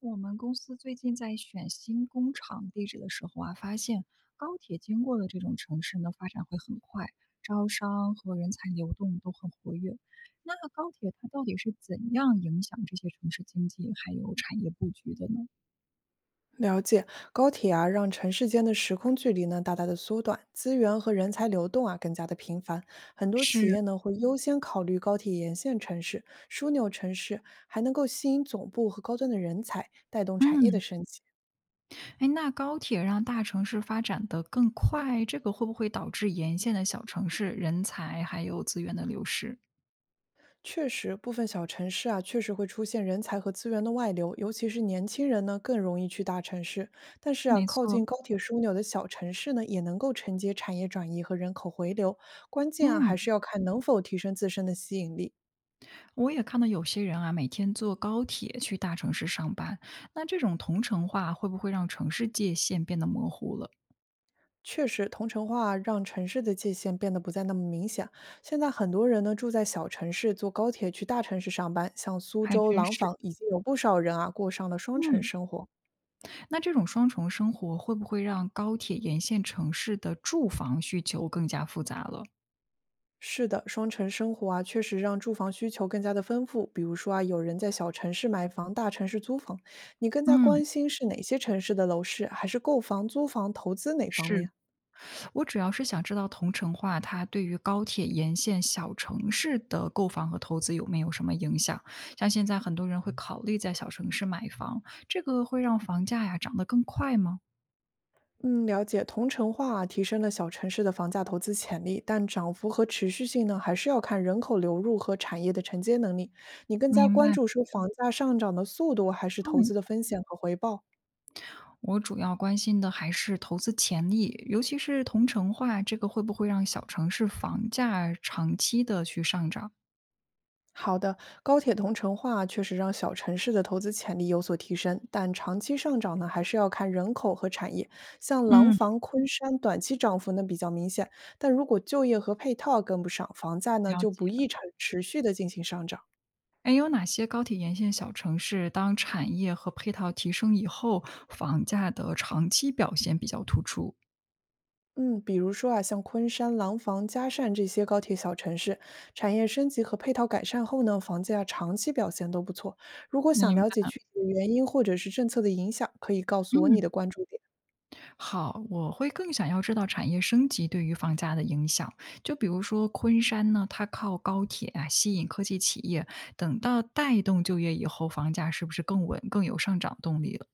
我们公司最近在选新工厂地址的时候啊，发现高铁经过的这种城市呢，发展会很快，招商和人才流动都很活跃。那高铁它到底是怎样影响这些城市经济还有产业布局的呢？了解，高铁啊，让城市间的时空距离呢大大的缩短，资源和人才流动啊更加的频繁。很多企是，业呢会优先考虑高铁沿线城市、枢纽城市，还能够吸引总部和高端的人才，带动产业嗯，的升级。哎，那高铁让大城市发展得更快，这个会不会导致沿线的小城市人才还有资源的流失？确实，部分小城市啊，确实会出现人才和资源的外流，尤其是年轻人呢，更容易去大城市。但是啊，没靠错，近高铁枢纽的小城市呢，也能够承接产业转移和人口回流。关键啊，嗯。还是要看能否提升自身的吸引力。我也看到有些人啊，每天坐高铁去大城市上班，那这种同城化会不会让城市界限变得模糊了？确实，同城化让城市的界限变得不再那么明显。现在很多人呢住在小城市，坐高铁去大城市上班。像苏还州、真廊是，坊，已经有不少人啊过上了双城嗯，生活。那这种双重生活会不会让高铁沿线城市的住房需求更加复杂了？是的，双城生活啊，确实让住房需求更加的丰富。比如说啊，有人在小城市买房，大城市租房。你更加嗯，关心是哪些城市的楼市，还是购房、租房、投资哪方是，面？我主要是想知道同城化它对于高铁沿线小城市的购房和投资有没有什么影响？像现在很多人会考虑在小城市买房，这个会让房价呀涨得更快吗？嗯，了解。同城化啊提升了小城市的房价投资潜力，但涨幅和持续性呢，还是要看人口流入和产业的承接能力。你更加明关白，注说房价上涨的速度，还是投嗯。资的风险和回报？我主要关心的还是投资潜力，尤其是同城化，这个会不会让小城市房价长期的去上涨？好的，高铁同城化啊确实让小城市的投资潜力有所提升，但长期上涨呢，还是要看人口和产业。像廊嗯，坊、昆山，短期涨幅呢比较明显，但如果就业和配套跟不上，房价呢了就不解。易持续的进行上涨。哎，有哪些高铁沿线小城市，当产业和配套提升以后，房价的长期表现比较突出？嗯，比如说啊，像昆山、廊坊、嘉善这些高铁小城市，产业升级和配套改善后呢，房价长期表现都不错。如果想明了解白。具体的原因或者是政策的影响，可以告诉我嗯。你的关注点。好，我会更想要知道产业升级对于房价的影响。就比如说昆山呢，它靠高铁啊吸引科技企业，等到带动就业以后，房价是不是更稳、更有上涨动力了？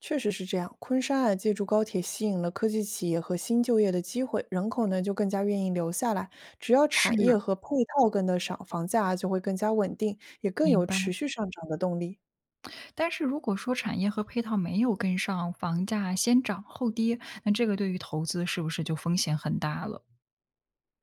确实是这样，昆山啊，借助高铁吸引了科技企业和新就业的机会，人口呢就更加愿意留下来。只要是，产业和配套跟得上，房价啊就会更加稳定，也更明有白。持续上涨的动力。但是如果说产业和配套没有跟上，房价先涨后跌，那这个对于投资是不是就风险很大了？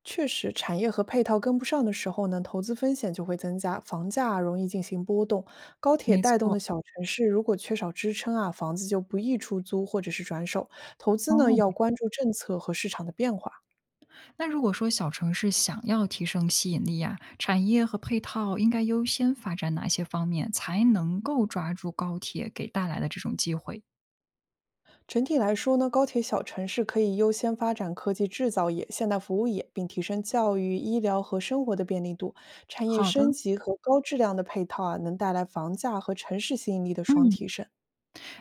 确实，产业和配套跟不上的时候呢，投资风险就会增加，房价啊容易进行波动。高铁没带动错，的小城市如果缺少支撑啊，房子就不易出租或者是转手。投资呢要哦，关注政策和市场的变化。那如果说小城市想要提升吸引力呀，产业和配套应该优先发展哪些方面，才能够抓住高铁给带来的这种机会？整体来说呢，高铁小城市可以优先发展科技制造业、现代服务业，并提升教育、医疗和生活的便利度。产业好的，升级和高质量的配套啊，能带来房价和城市吸引力的双嗯，提升。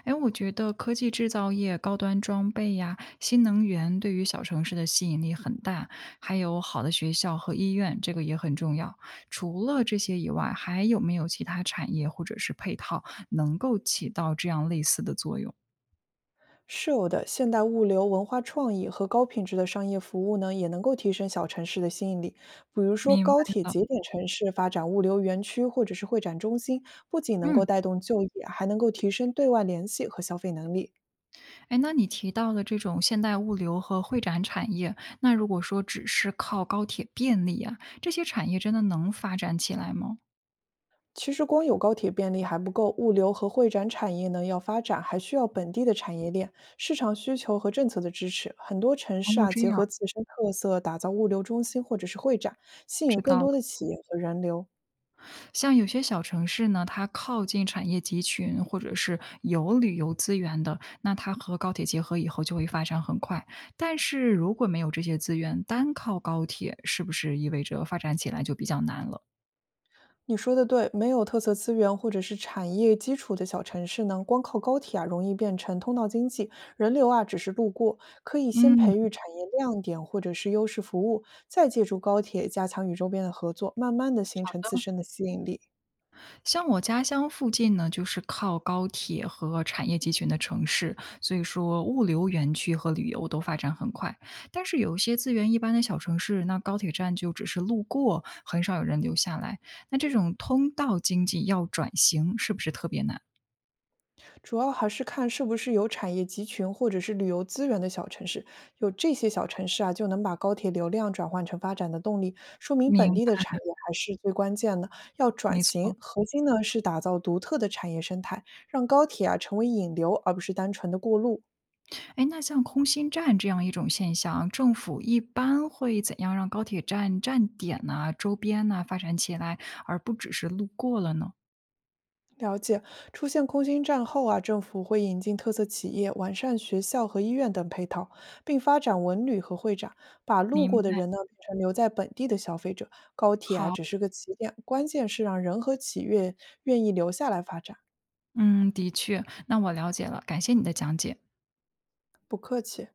哎，我觉得科技制造业、高端装备呀、新能源对于小城市的吸引力很大，还有好的学校和医院，这个也很重要。除了这些以外，还有没有其他产业或者是配套能够起到这样类似的作用？是有的，现代物流、文化创意和高品质的商业服务呢，也能够提升小城市的吸引力。比如说，明白高铁了，节点城市发展物流园区或者是会展中心，不仅能够嗯。带动就业，还能够提升对外联系和消费能力。哎，那你提到的这种现代物流和会展产业，那如果说只是靠高铁便利啊，这些产业真的能发展起来吗？其实，光有高铁便利还不够，物流和会展产业呢要发展，还需要本地的产业链、市场需求和政策的支持。很多城哦，市啊，这结样，合自身特色，打造物流中心或者是会展，吸知引更道了。多的企业和人流。像有些小城市呢，它靠近产业集群，或者是有旅游资源的，那它和高铁结合以后就会发展很快。但是如果没有这些资源，单靠高铁，是不是意味着发展起来就比较难了？你说的对，没有特色资源或者是产业基础的小城市呢，光靠高铁啊，容易变成通道经济，人流啊只是路过。可以先嗯，培育产业亮点或者是优势服务，再借助高铁加强与周边的合作，慢慢的形好成自的。身的吸引力。像我家乡附近呢，就是靠高铁和产业集群的城市，所以说物流园区和旅游都发展很快。但是有一些资源一般的小城市，那高铁站就只是路过，很少有人留下来。那这种通道经济要转型，是不是特别难？主要还是看是不是有产业集群或者是旅游资源的小城市。有这些小城市啊，就能把高铁流量转换成发展的动力，说明本明地的白，产业还是最关键的。要转没型，错。核心呢是打造独特的产业生态，让高铁啊成为引流，而不是单纯的过路。哎，那像空心站这样一种现象，政府一般会怎样让高铁站站点呐、周边呐、发展起来，而不只是路过了呢？了解，出现空心战后啊，政府会引进特色企业，完善学校和医院等配套，并发展文旅和会展，把路明过的白，人呢变成留在本地的消费者。高铁啊好。只是个起点，关键是让人和企业愿意留下来发展。嗯，的确，那我了解了，感谢你的讲解。不客气。